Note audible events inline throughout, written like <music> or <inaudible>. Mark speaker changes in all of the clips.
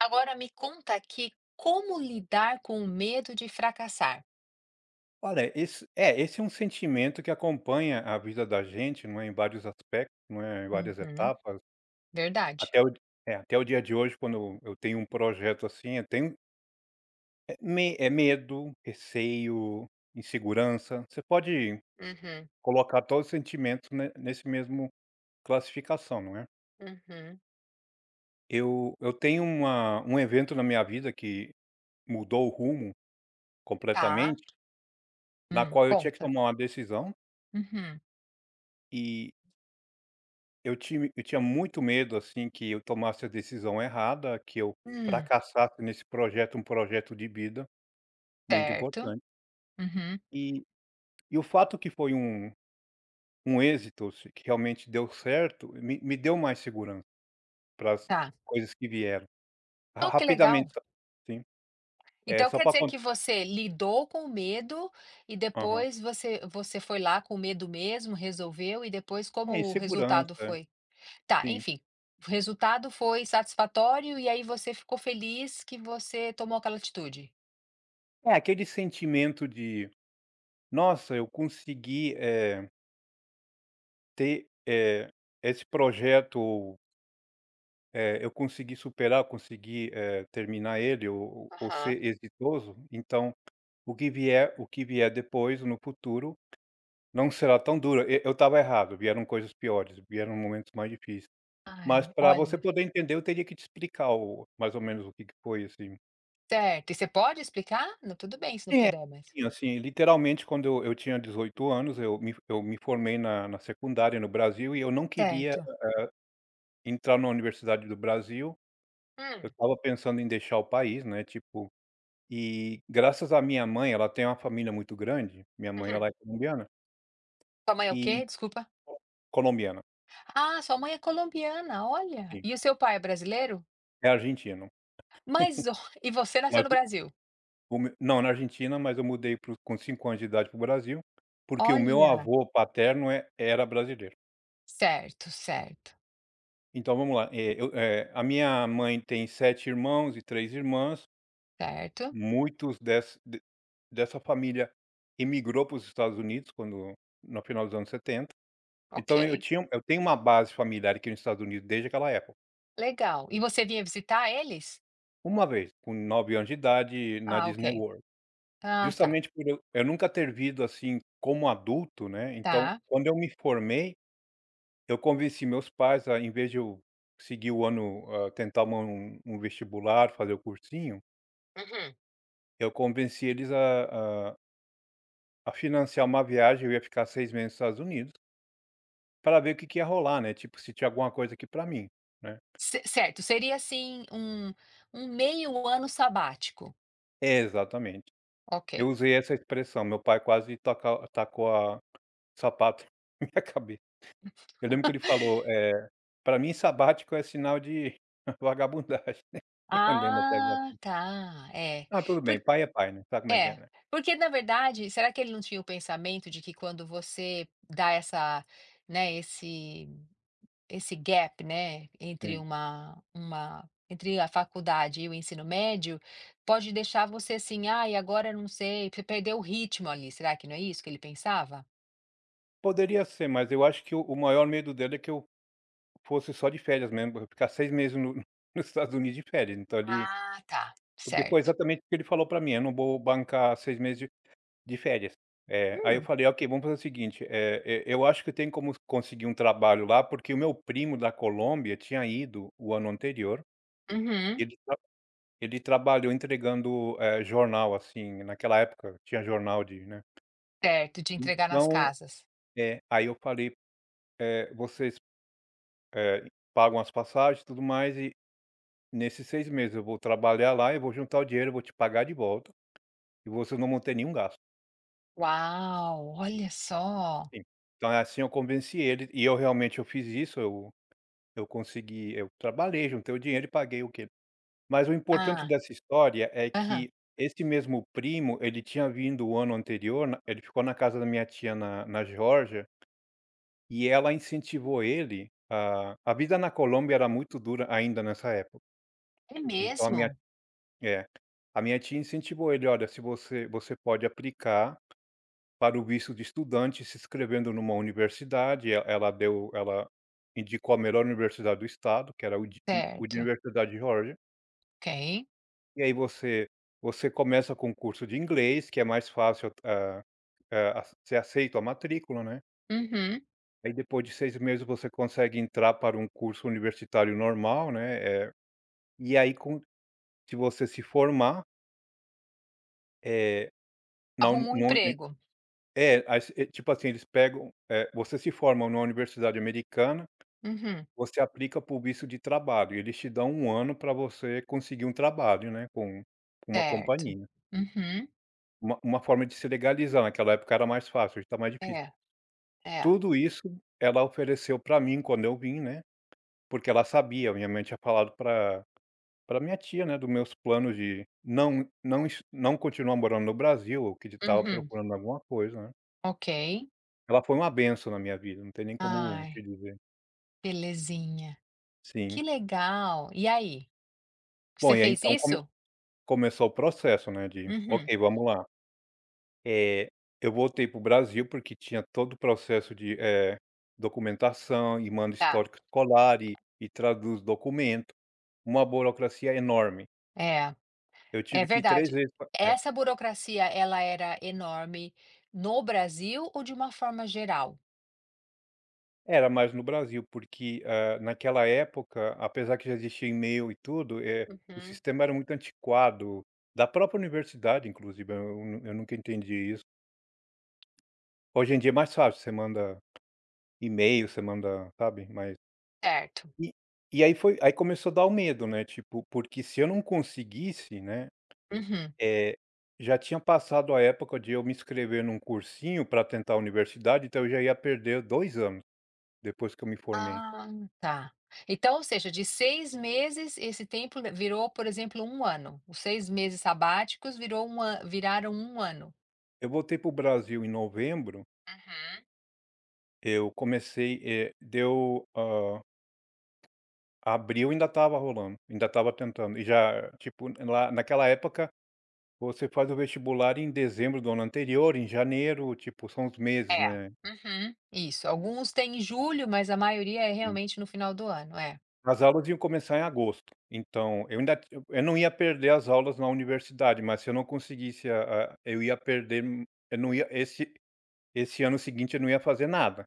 Speaker 1: Agora me conta aqui como lidar com o medo de fracassar?
Speaker 2: Olha, esse é um sentimento que acompanha a vida da gente, não é, em vários aspectos, não é, em várias
Speaker 1: Uhum,
Speaker 2: etapas,
Speaker 1: verdade.
Speaker 2: até o até o dia de hoje quando eu tenho um projeto, assim, eu tenho é me é medo, receio, insegurança, você pode
Speaker 1: Uhum,
Speaker 2: colocar todos os sentimentos ne nesse mesmo classificação, não é.
Speaker 1: uhum.
Speaker 2: Eu tenho uma um evento na minha vida que mudou o rumo
Speaker 1: Tá.
Speaker 2: completamente, na qual eu tinha que
Speaker 1: Conta.
Speaker 2: tomar uma decisão,
Speaker 1: Uhum.
Speaker 2: e eu tinha muito medo, assim, que eu tomasse a decisão errada, que eu
Speaker 1: Hum.
Speaker 2: fracassasse nesse projeto, um projeto de vida muito
Speaker 1: Certo.
Speaker 2: importante.
Speaker 1: Uhum.
Speaker 2: E e o fato que foi um êxito, se que realmente deu certo, me deu mais segurança para as
Speaker 1: Tá.
Speaker 2: coisas que vieram. Ra
Speaker 1: Oh, que legal.
Speaker 2: rapidamente sim. é
Speaker 1: Então
Speaker 2: só
Speaker 1: quer
Speaker 2: para
Speaker 1: dizer
Speaker 2: con
Speaker 1: que você lidou com o medo e
Speaker 2: Aham.
Speaker 1: depois você foi lá com o medo mesmo, resolveu e depois como
Speaker 2: É,
Speaker 1: o
Speaker 2: insegurança,
Speaker 1: resultado
Speaker 2: é,
Speaker 1: foi? Tá,
Speaker 2: sim.
Speaker 1: enfim, o resultado foi satisfatório e aí você ficou feliz que você tomou aquela atitude?
Speaker 2: É, aquele sentimento de: "Nossa, eu consegui, ter, esse projeto. É, eu consegui superar, eu consegui, terminar ele ou
Speaker 1: Aham.
Speaker 2: ser exitoso, então o que vier, o que vier depois, no futuro, não será tão duro. E eu estava errado, vieram coisas piores, vieram momentos mais difíceis. Mas
Speaker 1: Ai,
Speaker 2: para você
Speaker 1: olha,
Speaker 2: poder entender, eu teria que te explicar o mais ou menos o que que foi, assim.
Speaker 1: certo. E você pode explicar? Não, tudo bem se não
Speaker 2: Sim, é,
Speaker 1: puder, mas
Speaker 2: rapidinho, assim, literalmente quando eu tinha 18 anos, eu me formei na secundária no Brasil e eu não queria
Speaker 1: certo.
Speaker 2: entrar na Universidade do Brasil. Eu
Speaker 1: Hum,
Speaker 2: estava pensando em deixar o país, né, tipo. E graças à minha mãe, ela tem uma família muito grande, minha mãe
Speaker 1: uhum.
Speaker 2: ela é colombiana
Speaker 1: Sua mãe é o
Speaker 2: e
Speaker 1: quê? Desculpa.
Speaker 2: colombiana,
Speaker 1: Ah, sua mãe é colombiana, olha.
Speaker 2: sim,
Speaker 1: E o seu pai é brasileiro?
Speaker 2: é argentino,
Speaker 1: Mas ó, <laughs> e você nasceu
Speaker 2: mas
Speaker 1: no
Speaker 2: o
Speaker 1: Brasil?
Speaker 2: o meu não, na Argentina, mas eu mudei para o com 5 anos de idade para o Brasil, porque o meu
Speaker 1: Olha.
Speaker 2: avô paterno era brasileiro.
Speaker 1: Certo, certo,
Speaker 2: Então vamos lá, a minha mãe tem 7 irmãos e 3 irmãs,
Speaker 1: certo.
Speaker 2: muitos des de dessa família imigrou para os Estados Unidos quando no final dos anos 70. Então eu
Speaker 1: Ok,
Speaker 2: tinha eu tenho uma base familiar aqui nos Estados Unidos desde aquela época.
Speaker 1: legal. E você vinha visitar eles?
Speaker 2: Uma vez, com 9 anos de idade, na
Speaker 1: Ah, ok.
Speaker 2: Disney World.
Speaker 1: Ah, tá,
Speaker 2: Justamente por eu nunca ter vindo, assim, como adulto, né. Então,
Speaker 1: tá.
Speaker 2: quando eu me formei, eu convenci meus pais a em vez de eu seguir o ano, tentar uma um um vestibular, fazer o cursinho.
Speaker 1: Uhum.
Speaker 2: Eu convenci eles a financiar uma viagem, eu ia ficar 6 meses nos Estados Unidos, para ver o que que ia rolar, né, tipo, se tinha alguma coisa aqui para mim, né.
Speaker 1: Certo, seria assim um, um meio ano sabático.
Speaker 2: É, exatamente.
Speaker 1: Ok.
Speaker 2: Eu usei essa expressão, meu pai quase taca tacou a sapato <laughs> na minha cabeça. Eu lembro que ele falou, "Pra mim sabático é sinal de <laughs> vagabundagem". <laughs> Eu lembro até agora.
Speaker 1: Ah, tá. É.
Speaker 2: Ah, tudo
Speaker 1: Por
Speaker 2: bem, pai é pai, né, sabe como é que é,
Speaker 1: É,
Speaker 2: né.
Speaker 1: porque na verdade, será que ele não tinha o pensamento de que quando você dá essa, né, esse gap, né, entre
Speaker 2: Sim.
Speaker 1: uma entre a faculdade e o ensino médio, pode deixar você assim: "Ah, e agora eu não sei", você perdeu o ritmo ali, será que não é isso que ele pensava?
Speaker 2: Poderia ser, mas eu acho que o maior medo dele é que eu fosse só de férias mesmo, eu ficar 6 meses no <laughs> nos Estados Unidos de férias, então ali.
Speaker 1: Ah, tá,
Speaker 2: Porque foi
Speaker 1: certo.
Speaker 2: exatamente o que ele falou para mim: "Eu não vou bancar 6 meses de férias". Aí eu
Speaker 1: Hum,
Speaker 2: falei: "Ok, vamos fazer o seguinte, e eu acho que tem como conseguir um trabalho lá", porque o meu primo da Colômbia tinha ido o ano anterior, e
Speaker 1: uhum,
Speaker 2: ele trabalhou entregando, jornal, assim, naquela época tinha jornal, de né.
Speaker 1: certo, de entregar nas
Speaker 2: Então,
Speaker 1: casas.
Speaker 2: é, aí eu falei: vocês, eh, pagam as passagens e tudo mais e nesses 6 meses eu vou trabalhar lá, eu vou juntar o dinheiro, eu vou te pagar de volta e vocês não vão ter nenhum gasto".
Speaker 1: Uau, olha só.
Speaker 2: Sim. Então é assim eu convenci ele e eu realmente eu fiz isso, eu consegui, eu trabalhei, juntei o dinheiro e paguei o que... Mas o importante
Speaker 1: Ah,
Speaker 2: dessa história é
Speaker 1: aham.
Speaker 2: que esse mesmo primo, ele tinha vindo o ano anterior na ele ficou na casa da minha tia na Geórgia, e ela incentivou ele a vida na Colômbia era muito dura ainda nessa época.
Speaker 1: É
Speaker 2: Então
Speaker 1: mesmo?
Speaker 2: é, a minha tia incentivou ele: "Olha, se você pode aplicar para o visto de estudante se inscrevendo numa universidade", e ela indicou a melhor universidade do estado, que era a
Speaker 1: Certo,
Speaker 2: Universidade de Geórgia.
Speaker 1: ok.
Speaker 2: E aí você começa com o curso de inglês, que é mais fácil. Hã, Você aceita a matrícula, né.
Speaker 1: Uhum.
Speaker 2: Aí depois de 6 meses você consegue entrar para um curso universitário normal, né, e aí com se você se formar, é
Speaker 1: Arrumou um
Speaker 2: na uni
Speaker 1: emprego.
Speaker 2: é, aí se é, tipo assim, eles pegam, você se forma numa universidade americana,
Speaker 1: Uhum.
Speaker 2: você aplica para o visto de trabalho e eles te dão um ano para você conseguir um trabalho, né, com uma
Speaker 1: Certo.
Speaker 2: companhia.
Speaker 1: Uhum.
Speaker 2: Uma forma de se legalizar, naquela época era mais fácil, hoje está mais difícil.
Speaker 1: É, é.
Speaker 2: Tudo isso ela ofereceu para mim quando eu vim, né, porque ela sabia, minha mãe tinha falado para minha tia, né, dos meus planos de não continuar morando no Brasil, ou que estava
Speaker 1: Uhum.
Speaker 2: procurando alguma coisa, né.
Speaker 1: Ok.
Speaker 2: Ela foi uma benção na minha vida, não tem nem como te
Speaker 1: Ai,
Speaker 2: dizer.
Speaker 1: belezinha.
Speaker 2: Sim.
Speaker 1: Que legal. E aí,
Speaker 2: Bom,
Speaker 1: você
Speaker 2: e aí
Speaker 1: fez
Speaker 2: então
Speaker 1: isso?
Speaker 2: começou o processo, né, de:
Speaker 1: Uhum.
Speaker 2: "Ok, vamos lá". Eh, eu voltei para o Brasil, porque tinha todo o processo de, documentação e manda
Speaker 1: Tá.
Speaker 2: histórico escolar e traduz documento, uma burocracia enorme.
Speaker 1: É,
Speaker 2: Eu
Speaker 1: é
Speaker 2: tive que ir 3
Speaker 1: verdade.
Speaker 2: vezes pra é.
Speaker 1: Essa burocracia, ela era enorme no Brasil ou de uma forma geral?
Speaker 2: Era mais no Brasil, porque, naquela época, apesar que já existia e-mail e tudo, o
Speaker 1: Uhum.
Speaker 2: sistema era muito antiquado, da própria universidade inclusive, eu nunca entendi isso. Hoje em dia é mais fácil, você manda e-mail, você manda sabe, mas
Speaker 1: Certo.
Speaker 2: e e aí começou a dar o medo, né, tipo, porque se eu não conseguisse, né,
Speaker 1: Uhum.
Speaker 2: eh, já tinha passado a época de eu me inscrever num cursinho para tentar a universidade, então eu já ia perder 2 anos, depois que eu me formei.
Speaker 1: Ah, tá. Então, ou seja, de 6 meses, esse tempo le virou, por exemplo, um ano. Os 6 meses sabáticos virou um an viraram um ano.
Speaker 2: Eu voltei para o Brasil em novembro,
Speaker 1: Uhum.
Speaker 2: eu comecei, abril ainda estava rolando, ainda estava tentando, e já, tipo, lá naquela época, você faz o vestibular em dezembro do ano anterior, em janeiro, tipo, são os meses,
Speaker 1: É.
Speaker 2: né,
Speaker 1: Uhum. Isso. Alguns têm em julho, mas a maioria é
Speaker 2: assim.
Speaker 1: realmente no final do ano. É.
Speaker 2: As aulas iam começar em agosto, então eu ainda eu não ia perder as aulas na universidade, mas se eu não conseguisse, a eu ia perder, eu não ia... esse ano seguinte eu não ia fazer nada.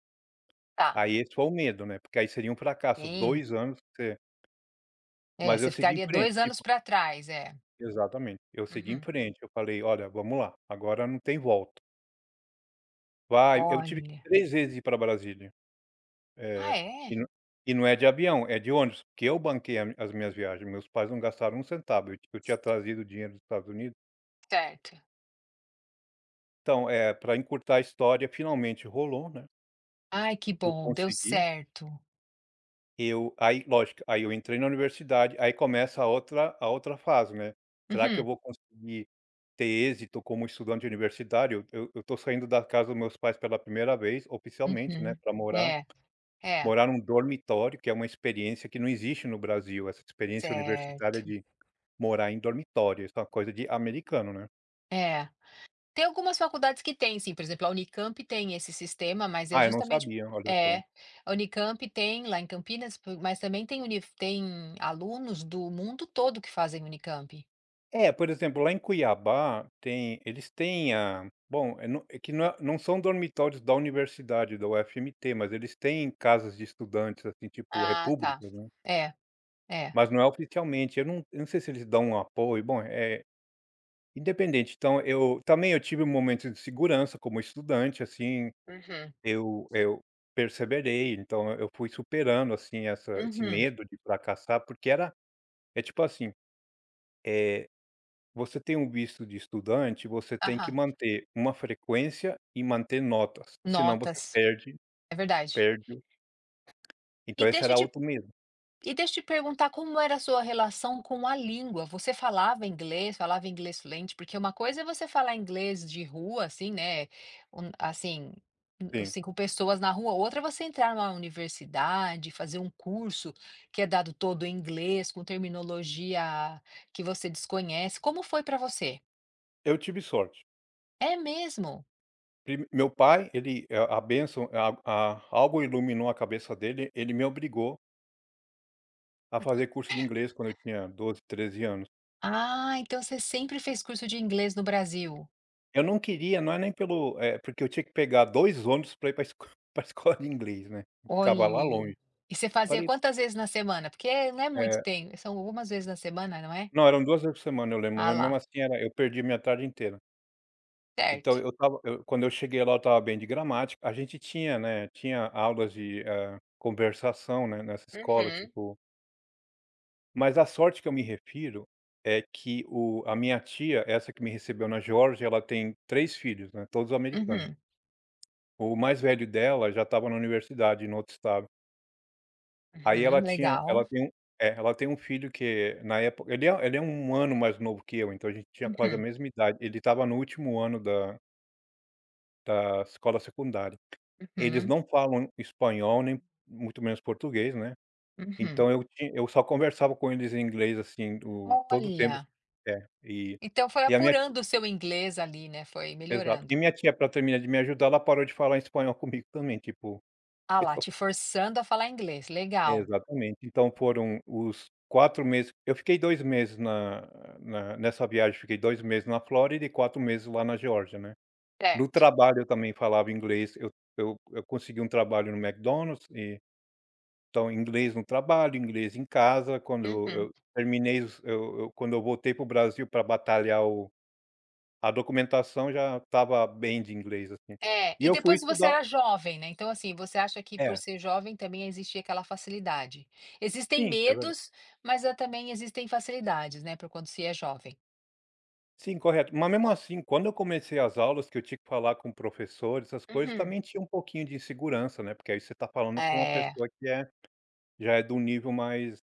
Speaker 1: Tá.
Speaker 2: Aí esse foi o medo, né, porque aí seria um fracasso,
Speaker 1: Sim.
Speaker 2: 2 anos.
Speaker 1: É,
Speaker 2: Mas eu
Speaker 1: você
Speaker 2: segui em
Speaker 1: ficaria
Speaker 2: frente,
Speaker 1: dois anos
Speaker 2: tipo,
Speaker 1: para trás. É.
Speaker 2: exatamente, eu segui em
Speaker 1: Uhum.
Speaker 2: frente, eu falei: "Olha, vamos lá, agora não tem volta". Vai Eu tive que
Speaker 1: Olha.
Speaker 2: 3 vezes ir pra Brasília, eh,
Speaker 1: Ah,
Speaker 2: e
Speaker 1: é?
Speaker 2: não e não é de avião, é de ônibus, porque eu banquei a as minhas viagens, meus pais não gastaram um centavo, eu tinha trazido dinheiro dos Estados Unidos.
Speaker 1: Certo.
Speaker 2: Então, para encurtar a história, finalmente rolou, né,
Speaker 1: Ai, que
Speaker 2: eu
Speaker 1: bom. Deu
Speaker 2: consegui.
Speaker 1: certo.
Speaker 2: Eu Aí lógico, aí eu entrei na universidade, aí começa a outra fase, né. Será que eu
Speaker 1: Uhum.
Speaker 2: vou conseguir ter êxito como estudante universitário? Eu tô saindo da casa dos meus pais pela primeira vez, oficialmente, né,
Speaker 1: Uhum.
Speaker 2: para
Speaker 1: É, é.
Speaker 2: morar num dormitório, que é uma experiência que não existe no Brasil, essa experiência universitária
Speaker 1: Certo.
Speaker 2: de morar em dormitório, isso é uma coisa de americano, né.
Speaker 1: É. Tem algumas faculdades que têm sim, por exemplo, a Unicamp tem esse sistema, mas é
Speaker 2: Ah, eu não
Speaker 1: justamente
Speaker 2: sabia, olha só.
Speaker 1: é, a Unicamp tem lá em Campinas, po mas também tem alunos do mundo todo que fazem Unicamp.
Speaker 2: É, por exemplo, lá em Cuiabá tem eles têm a bom, é não é que não é não são dormitórios da universidade, da UFMT, mas eles têm casas de estudantes, assim, tipo
Speaker 1: Ah, tá.
Speaker 2: repúblicas, né,
Speaker 1: É, é.
Speaker 2: mas não é oficialmente. Eu não sei se eles dão um apoio, bom, é independente. Então eu também eu tive um momento de segurança como estudante, assim,
Speaker 1: Uhum,
Speaker 2: eu perseverei, então eu fui superando, assim, essa esse
Speaker 1: uhum.
Speaker 2: medo de fracassar, porque era é tipo assim, eh você tem um visto de estudante, você tem que
Speaker 1: Aham.
Speaker 2: manter uma frequência e manter notas, senão você
Speaker 1: Notas,
Speaker 2: perde
Speaker 1: é verdade.
Speaker 2: perde o
Speaker 1: E
Speaker 2: Então esse
Speaker 1: deixa eu
Speaker 2: era
Speaker 1: te
Speaker 2: outro medo.
Speaker 1: E deixa eu te perguntar como era a sua relação com a língua. Você falava inglês fluente? Porque uma coisa é você falar inglês de rua, assim, né? Assim,
Speaker 2: Sim.
Speaker 1: assim, com pessoas na rua. Outra é você entrar numa universidade, fazer um curso que é dado todo em inglês, com terminologia que você desconhece. Como foi para você?
Speaker 2: Eu tive sorte.
Speaker 1: É mesmo?
Speaker 2: Prime Meu pai, ele a bênção a algo iluminou a cabeça dele, ele me obrigou a fazer curso de inglês quando eu tinha 12, 13 anos.
Speaker 1: Ah, então você sempre fez curso de inglês no Brasil.
Speaker 2: Eu não queria, não é nem pelo, porque eu tinha que pegar 2 ônibus para ir para a <laughs> escola de inglês, né, ficava lá
Speaker 1: Olha.
Speaker 2: longe.
Speaker 1: E você fazia
Speaker 2: Falei
Speaker 1: quantas vezes na semana? Porque não é muito
Speaker 2: eh,
Speaker 1: tempo. São algumas vezes na semana, não é?
Speaker 2: não, eram duas vezes por semana, eu lembro,
Speaker 1: Ah
Speaker 2: mas mesmo
Speaker 1: lá,
Speaker 2: assim era eu perdi minha tarde inteira. Então
Speaker 1: certo.
Speaker 2: eu estava eu quando eu cheguei lá eu estava bem de gramática. A gente tinha, né, tinha aulas de, conversação, né, nessa escola,
Speaker 1: Uhum.
Speaker 2: tipo, mas a sorte que eu me refiro é que o a minha tia, essa que me recebeu na Geórgia, ela tem 3 filhos, né, todos americanos.
Speaker 1: Uhum.
Speaker 2: O mais velho dela já estava na universidade, em outro estado. Aí
Speaker 1: Uhum,
Speaker 2: ela tinha
Speaker 1: legal.
Speaker 2: ela tem um ela tem um filho que na época ele é um ano mais novo que eu, então a gente tinha quase a
Speaker 1: Uhum,
Speaker 2: mesma idade. Ele estava no último ano da escola secundária. Eles
Speaker 1: uhum,
Speaker 2: não falam espanhol, nem muito menos português, né,
Speaker 1: uhum.
Speaker 2: eu só conversava com eles em inglês, assim, o todo o
Speaker 1: Olha,
Speaker 2: tempo. É, e
Speaker 1: então foi
Speaker 2: e a minha ti
Speaker 1: apurando o seu inglês ali, né, foi
Speaker 2: exato. E
Speaker 1: melhorando.
Speaker 2: minha tia, pra terminar de me ajudar, ela parou de falar espanhol <laughs> comigo também, tipo
Speaker 1: Ah lá,
Speaker 2: então,
Speaker 1: te forçando a falar inglês, legal,
Speaker 2: exatamente. Então foram os 4 meses, eu fiquei 2 meses na nessa viagem, fiquei 2 meses na Flórida e 4 meses lá na Geórgia, né. No
Speaker 1: certo.
Speaker 2: trabalho eu também falava inglês, eu consegui um trabalho no McDonald's e então, inglês no trabalho, inglês em casa, quando
Speaker 1: Uhum.
Speaker 2: eu terminei os eu quando eu voltei para o Brasil para batalhar o a documentação, já estava bem de inglês, assim.
Speaker 1: É,
Speaker 2: E
Speaker 1: e
Speaker 2: eu fui
Speaker 1: depois você
Speaker 2: estudar,
Speaker 1: era jovem, né, então assim, você acha que por
Speaker 2: é,
Speaker 1: ser jovem também existia aquela facilidade. Existem
Speaker 2: sim, é verdade,
Speaker 1: medos, mas também existem facilidades, né, por quando se é jovem.
Speaker 2: sim, correto. Mas mesmo assim, quando eu comecei as aulas que eu tinha que falar com professores, essas coisas,
Speaker 1: Uhum.
Speaker 2: também tinha um pouquinho de insegurança, né, porque aí você está falando com uma
Speaker 1: Eh,
Speaker 2: pessoa que já é de um nível mais,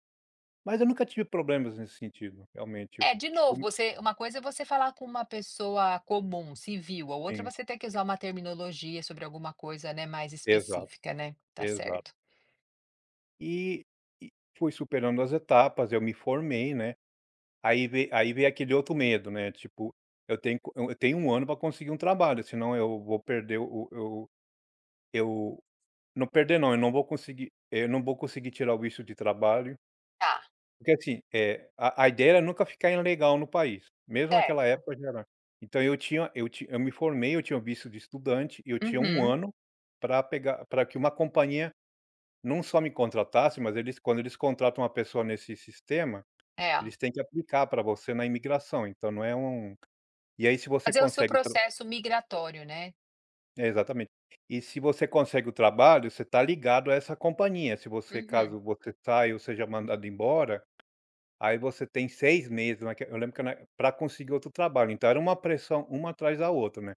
Speaker 2: mas eu nunca tive problemas nesse sentido, realmente.
Speaker 1: É de novo,
Speaker 2: Eu-
Speaker 1: você uma coisa é você falar com uma pessoa comum, civil, a outra
Speaker 2: Sim,
Speaker 1: você tem que usar uma terminologia sobre alguma coisa, né, mais
Speaker 2: exato,
Speaker 1: específica, né, tá
Speaker 2: exato.
Speaker 1: certo.
Speaker 2: E e fui superando as etapas, eu me formei, né, aí veio aquele outro medo, né, tipo, eu tenho um ano para conseguir um trabalho, senão eu vou perder o eu não perder não, eu não vou conseguir tirar o visto de trabalho,
Speaker 1: Tá,
Speaker 2: porque assim, é a ideia era nunca ficar ilegal no país, mesmo naquela
Speaker 1: certo.
Speaker 2: época já era. Então eu me formei, eu tinha o visto de estudante, eu tinha um
Speaker 1: Uhum,
Speaker 2: ano para que uma companhia não só me contratasse, mas eles quando eles contratam uma pessoa nesse sistema,
Speaker 1: é.
Speaker 2: eles têm que aplicar para você na imigração, então não é um. E aí se você
Speaker 1: Fazer o seu
Speaker 2: consegue o tra
Speaker 1: processo migratório, né.
Speaker 2: É, exatamente. E se você consegue o trabalho, você está ligado a essa companhia, se você
Speaker 1: Uhum.
Speaker 2: caso você saia ou seja mandado embora, aí você tem 6 meses, né, que eu lembro, que para conseguir outro trabalho, então era uma pressão uma atrás da outra, né.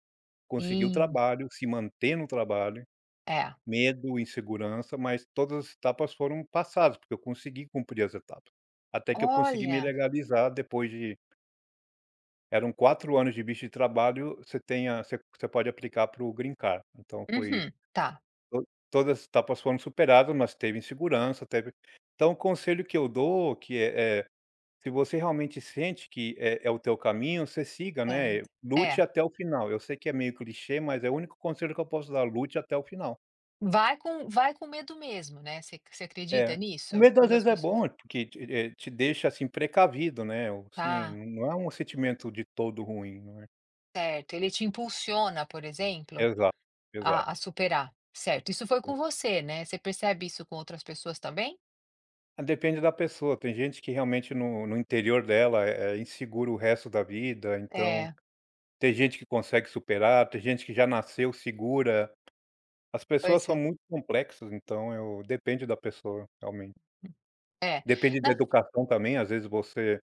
Speaker 2: Conseguir o
Speaker 1: Sim,
Speaker 2: trabalho, se manter no trabalho,
Speaker 1: é.
Speaker 2: medo, insegurança, mas todas as etapas foram passadas, porque eu consegui cumprir as etapas. Até que eu consegui me
Speaker 1: Olha!
Speaker 2: legalizar. Depois de eram 4 anos de visto de trabalho, você tem a você você pode aplicar para o green card. Então foi,
Speaker 1: Uhum, tá,
Speaker 2: to todas as etapas foram superadas, mas teve insegurança, teve. Então o conselho que eu dou, se você realmente sente que é o teu caminho, você siga, né,
Speaker 1: certo. É,
Speaker 2: lute até o final. Eu sei que é meio clichê, mas é o único conselho que eu posso dar, lute até o final.
Speaker 1: vai com medo mesmo, né, você você acredita
Speaker 2: É. O
Speaker 1: nisso?
Speaker 2: medo às
Speaker 1: Quando as
Speaker 2: vezes é
Speaker 1: pessoas
Speaker 2: bom, porque te te deixa, assim, precavido, né, ou assim,
Speaker 1: tá,
Speaker 2: não é um sentimento de todo ruim, não é.
Speaker 1: certo, ele te impulsiona, por exemplo,
Speaker 2: Exato, exato.
Speaker 1: a superar, certo. Isso foi com você, né, você percebe isso com outras pessoas também?
Speaker 2: Ah, depende da pessoa, tem gente que realmente no interior dela é insegura o resto da vida, então
Speaker 1: É,
Speaker 2: tem gente que consegue superar, tem gente que já nasceu segura. As pessoas
Speaker 1: pois
Speaker 2: são
Speaker 1: é.
Speaker 2: muito complexas, então eu depende da pessoa, realmente.
Speaker 1: É,
Speaker 2: Depende da
Speaker 1: na
Speaker 2: educação também, às vezes você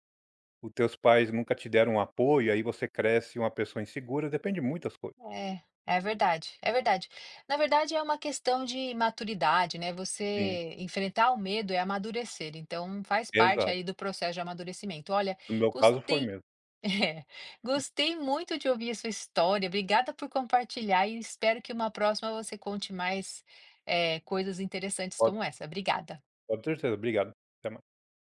Speaker 2: os teus pais nunca te deram um apoio, aí você cresce uma pessoa insegura, depende de muitas coisas.
Speaker 1: é, é verdade, é verdade. Na verdade é uma questão de maturidade, né,
Speaker 2: Sim,
Speaker 1: você enfrentar o medo é amadurecer, então faz parte
Speaker 2: exato.
Speaker 1: aí do processo de amadurecimento. Olha,
Speaker 2: No meu caso foi
Speaker 1: gostei,
Speaker 2: mesmo.
Speaker 1: é, gostei muito de ouvir a sua história. Obrigada por compartilhar e espero que uma próxima você conte mais, coisas interessantes
Speaker 2: Pode
Speaker 1: como essa. Obrigada.
Speaker 2: pode ter certeza. Obrigado. Até